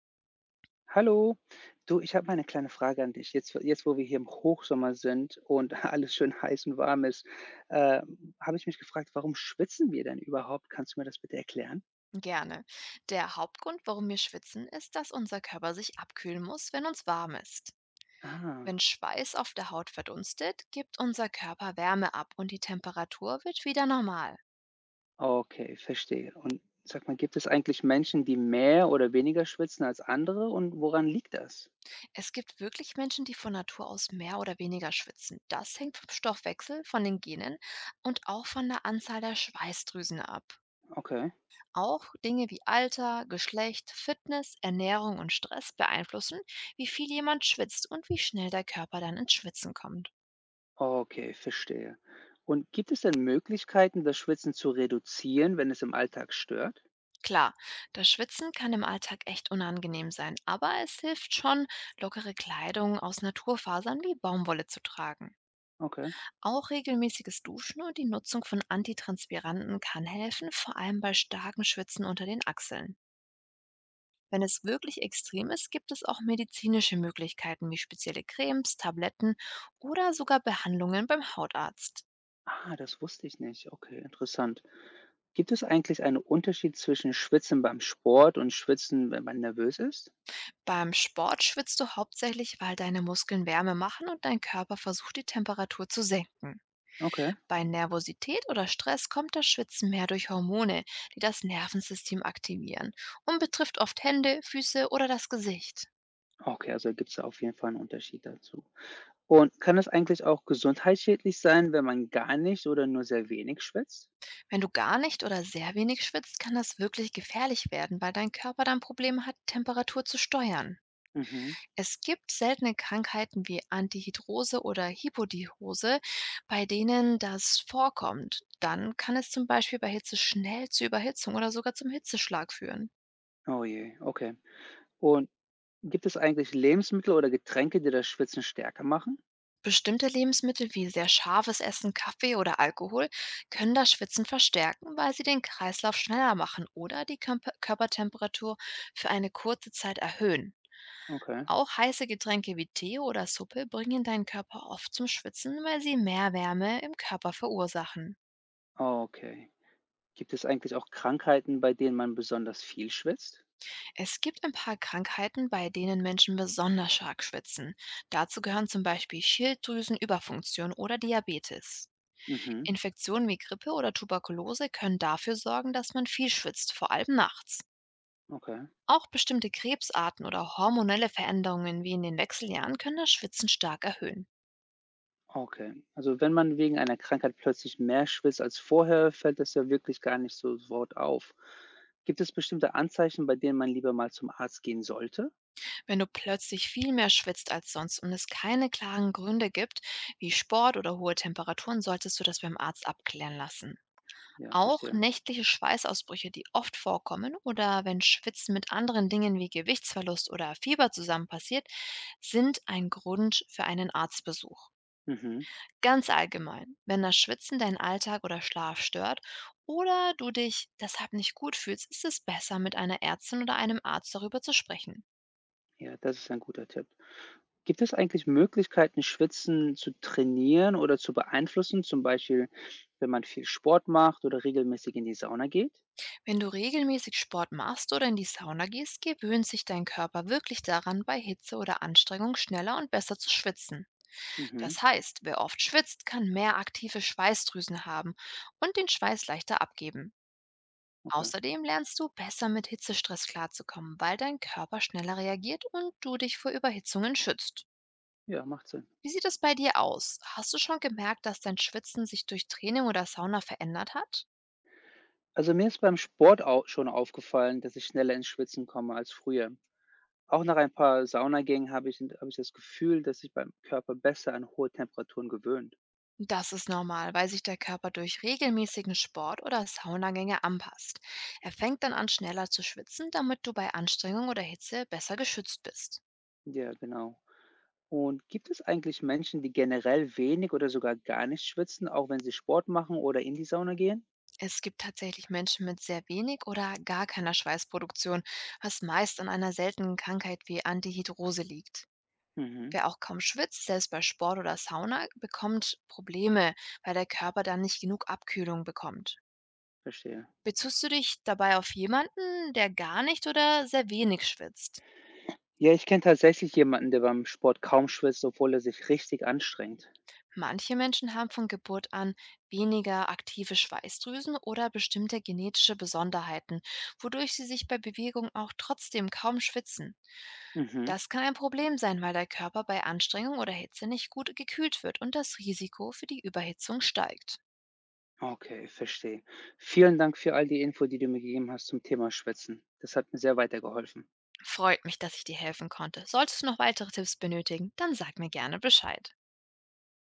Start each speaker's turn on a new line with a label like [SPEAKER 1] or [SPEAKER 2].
[SPEAKER 1] Hallo. Du, ich habe mal 'ne kleine Frage an dich. Jetzt, wo wir hier im Hochsommer sind und alles schön heiß und warm ist, äh, habe ich mich gefragt, warum schwitzen wir denn überhaupt? Kannst du mir das bitte erklären?
[SPEAKER 2] Gerne. Der Hauptgrund, warum wir schwitzen, ist, dass unser Körper sich abkühlen muss, wenn uns warm ist. Wenn
[SPEAKER 1] Ah,
[SPEAKER 2] Schweiß auf der Haut verdunstet, gibt unser Körper Wärme ab und die Temperatur wird wieder normal.
[SPEAKER 1] okay, verstehe. Und sag mal, gibt es eigentlich Menschen, die mehr oder weniger schwitzen als andere und woran liegt das?
[SPEAKER 2] Es gibt wirklich Menschen, die von Natur aus mehr oder weniger schwitzen. Das hängt vom Stoffwechsel, von den Genen und auch von der Anzahl der Schweißdrüsen ab.
[SPEAKER 1] Okay.
[SPEAKER 2] Auch Dinge wie Alter, Geschlecht, Fitness, Ernährung und Stress beeinflussen, wie viel jemand schwitzt und wie schnell der Körper dann ins Schwitzen kommt.
[SPEAKER 1] Okay, verstehe. Und gibt es denn Möglichkeiten, das Schwitzen zu reduzieren, wenn es im Alltag stört?
[SPEAKER 2] Klar, das Schwitzen kann im Alltag echt unangenehm sein, aber es hilft schon, lockere Kleidung aus Naturfasern wie Baumwolle zu tragen.
[SPEAKER 1] Okay.
[SPEAKER 2] Auch regelmäßiges Duschen und die Nutzung von Antitranspiranten kann helfen, vor allem bei starkem Schwitzen unter den Achseln. Wenn es wirklich extrem ist, gibt es auch medizinische Möglichkeiten wie spezielle Cremes, Tabletten oder sogar Behandlungen beim Hautarzt.
[SPEAKER 1] Ah, das wusste ich nicht. Okay, interessant. Gibt es eigentlich einen Unterschied zwischen Schwitzen beim Sport und Schwitzen, wenn man nervös ist?
[SPEAKER 2] Beim Sport schwitzt du hauptsächlich, weil deine Muskeln Wärme machen und dein Körper versucht, die Temperatur zu senken.
[SPEAKER 1] Okay.
[SPEAKER 2] Bei Nervosität oder Stress kommt das Schwitzen mehr durch Hormone, die das Nervensystem aktivieren und betrifft oft Hände, Füße oder das Gesicht.
[SPEAKER 1] Okay, also gibt's da auf jeden Fall einen Unterschied dazu. Und kann es eigentlich auch gesundheitsschädlich sein, wenn man gar nicht oder nur sehr wenig schwitzt?
[SPEAKER 2] Wenn du gar nicht oder sehr wenig schwitzt, kann das wirklich gefährlich werden, weil dein Körper dann Probleme hat, Temperatur zu steuern.
[SPEAKER 1] Mhm.
[SPEAKER 2] Es gibt seltene Krankheiten wie Antihydrose oder Hypodihose, bei denen das vorkommt. Dann kann es zum Beispiel bei Hitze schnell zu Überhitzung oder sogar zum Hitzeschlag führen.
[SPEAKER 1] Oh je, okay. Und gibt es eigentlich Lebensmittel oder Getränke, die das Schwitzen stärker machen?
[SPEAKER 2] Bestimmte Lebensmittel wie sehr scharfes Essen, Kaffee oder Alkohol können das Schwitzen verstärken, weil sie den Kreislauf schneller machen oder die Körpertemperatur für eine kurze Zeit erhöhen.
[SPEAKER 1] Okay.
[SPEAKER 2] Auch heiße Getränke wie Tee oder Suppe bringen deinen Körper oft zum Schwitzen, weil sie mehr Wärme im Körper verursachen.
[SPEAKER 1] Okay. Gibt es eigentlich auch Krankheiten, bei denen man besonders viel schwitzt?
[SPEAKER 2] Es gibt ein paar Krankheiten, bei denen Menschen besonders stark schwitzen. Dazu gehören zum Beispiel Schilddrüsenüberfunktion oder Diabetes.
[SPEAKER 1] Mhm.
[SPEAKER 2] Infektionen wie Grippe oder Tuberkulose können dafür sorgen, dass man viel schwitzt, vor allem nachts.
[SPEAKER 1] Okay.
[SPEAKER 2] Auch bestimmte Krebsarten oder hormonelle Veränderungen wie in den Wechseljahren können das Schwitzen stark erhöhen.
[SPEAKER 1] Okay. Also wenn man wegen einer Krankheit plötzlich mehr schwitzt als vorher, fällt das ja wirklich gar nicht so sofort auf. Gibt es bestimmte Anzeichen, bei denen man lieber mal zum Arzt gehen sollte?
[SPEAKER 2] Wenn du plötzlich viel mehr schwitzt als sonst und es keine klaren Gründe gibt, wie Sport oder hohe Temperaturen, solltest du das beim Arzt abklären lassen.
[SPEAKER 1] Ja,
[SPEAKER 2] Auch
[SPEAKER 1] verstehe.
[SPEAKER 2] nächtliche Schweißausbrüche, die oft vorkommen, oder wenn Schwitzen mit anderen Dingen wie Gewichtsverlust oder Fieber zusammen passiert, sind ein Grund für einen Arztbesuch.
[SPEAKER 1] Mhm.
[SPEAKER 2] Ganz allgemein, wenn das Schwitzen deinen Alltag oder Schlaf stört oder du dich deshalb nicht gut fühlst, ist es besser, mit einer Ärztin oder einem Arzt darüber zu sprechen.
[SPEAKER 1] Ja, das ist ein guter Tipp. Gibt es eigentlich Möglichkeiten, Schwitzen zu trainieren oder zu beeinflussen? Zum Beispiel, wenn man viel Sport macht oder regelmäßig in die Sauna geht?
[SPEAKER 2] Wenn du regelmäßig Sport machst oder in die Sauna gehst, gewöhnt sich dein Körper wirklich daran, bei Hitze oder Anstrengung schneller und besser zu schwitzen.
[SPEAKER 1] Mhm.
[SPEAKER 2] Das heißt, wer oft schwitzt, kann mehr aktive Schweißdrüsen haben und den Schweiß leichter abgeben.
[SPEAKER 1] Okay.
[SPEAKER 2] Außerdem lernst du besser mit Hitzestress klarzukommen, weil dein Körper schneller reagiert und du dich vor Überhitzungen schützt.
[SPEAKER 1] Ja, macht Sinn.
[SPEAKER 2] Wie sieht es bei dir aus? Hast du schon gemerkt, dass dein Schwitzen sich durch Training oder Sauna verändert hat?
[SPEAKER 1] Also mir ist beim Sport au schon aufgefallen, dass ich schneller ins Schwitzen komme als früher. Auch nach ein paar Saunagängen habe ich das Gefühl, dass sich beim Körper besser an hohe Temperaturen gewöhnt.
[SPEAKER 2] Das ist normal, weil sich der Körper durch regelmäßigen Sport oder Saunagänge anpasst. Er fängt dann an, schneller zu schwitzen, damit du bei Anstrengung oder Hitze besser geschützt bist.
[SPEAKER 1] Ja, genau. Und gibt es eigentlich Menschen, die generell wenig oder sogar gar nicht schwitzen, auch wenn sie Sport machen oder in die Sauna gehen?
[SPEAKER 2] Es gibt tatsächlich Menschen mit sehr wenig oder gar keiner Schweißproduktion, was meist an einer seltenen Krankheit wie Antihydrose liegt.
[SPEAKER 1] Mhm,
[SPEAKER 2] Wer auch kaum schwitzt, selbst bei Sport oder Sauna, bekommt Probleme, weil der Körper dann nicht genug Abkühlung bekommt.
[SPEAKER 1] verstehe.
[SPEAKER 2] Bezugst du dich dabei auf jemanden, der gar nicht oder sehr wenig schwitzt?
[SPEAKER 1] Ja, ich kenne tatsächlich jemanden, der beim Sport kaum schwitzt, obwohl er sich richtig anstrengt.
[SPEAKER 2] Manche Menschen haben von Geburt an weniger aktive Schweißdrüsen oder bestimmte genetische Besonderheiten, wodurch sie sich bei Bewegung auch trotzdem kaum schwitzen.
[SPEAKER 1] Mhm,
[SPEAKER 2] Das kann ein Problem sein, weil der Körper bei Anstrengung oder Hitze nicht gut gekühlt wird und das Risiko für die Überhitzung steigt.
[SPEAKER 1] okay, verstehe. Vielen Dank für all die Info, die du mir gegeben hast zum Thema Schwitzen. Das hat mir sehr weitergeholfen.
[SPEAKER 2] Freut mich, dass ich dir helfen konnte. Solltest du noch weitere Tipps benötigen, dann sag mir gerne Bescheid.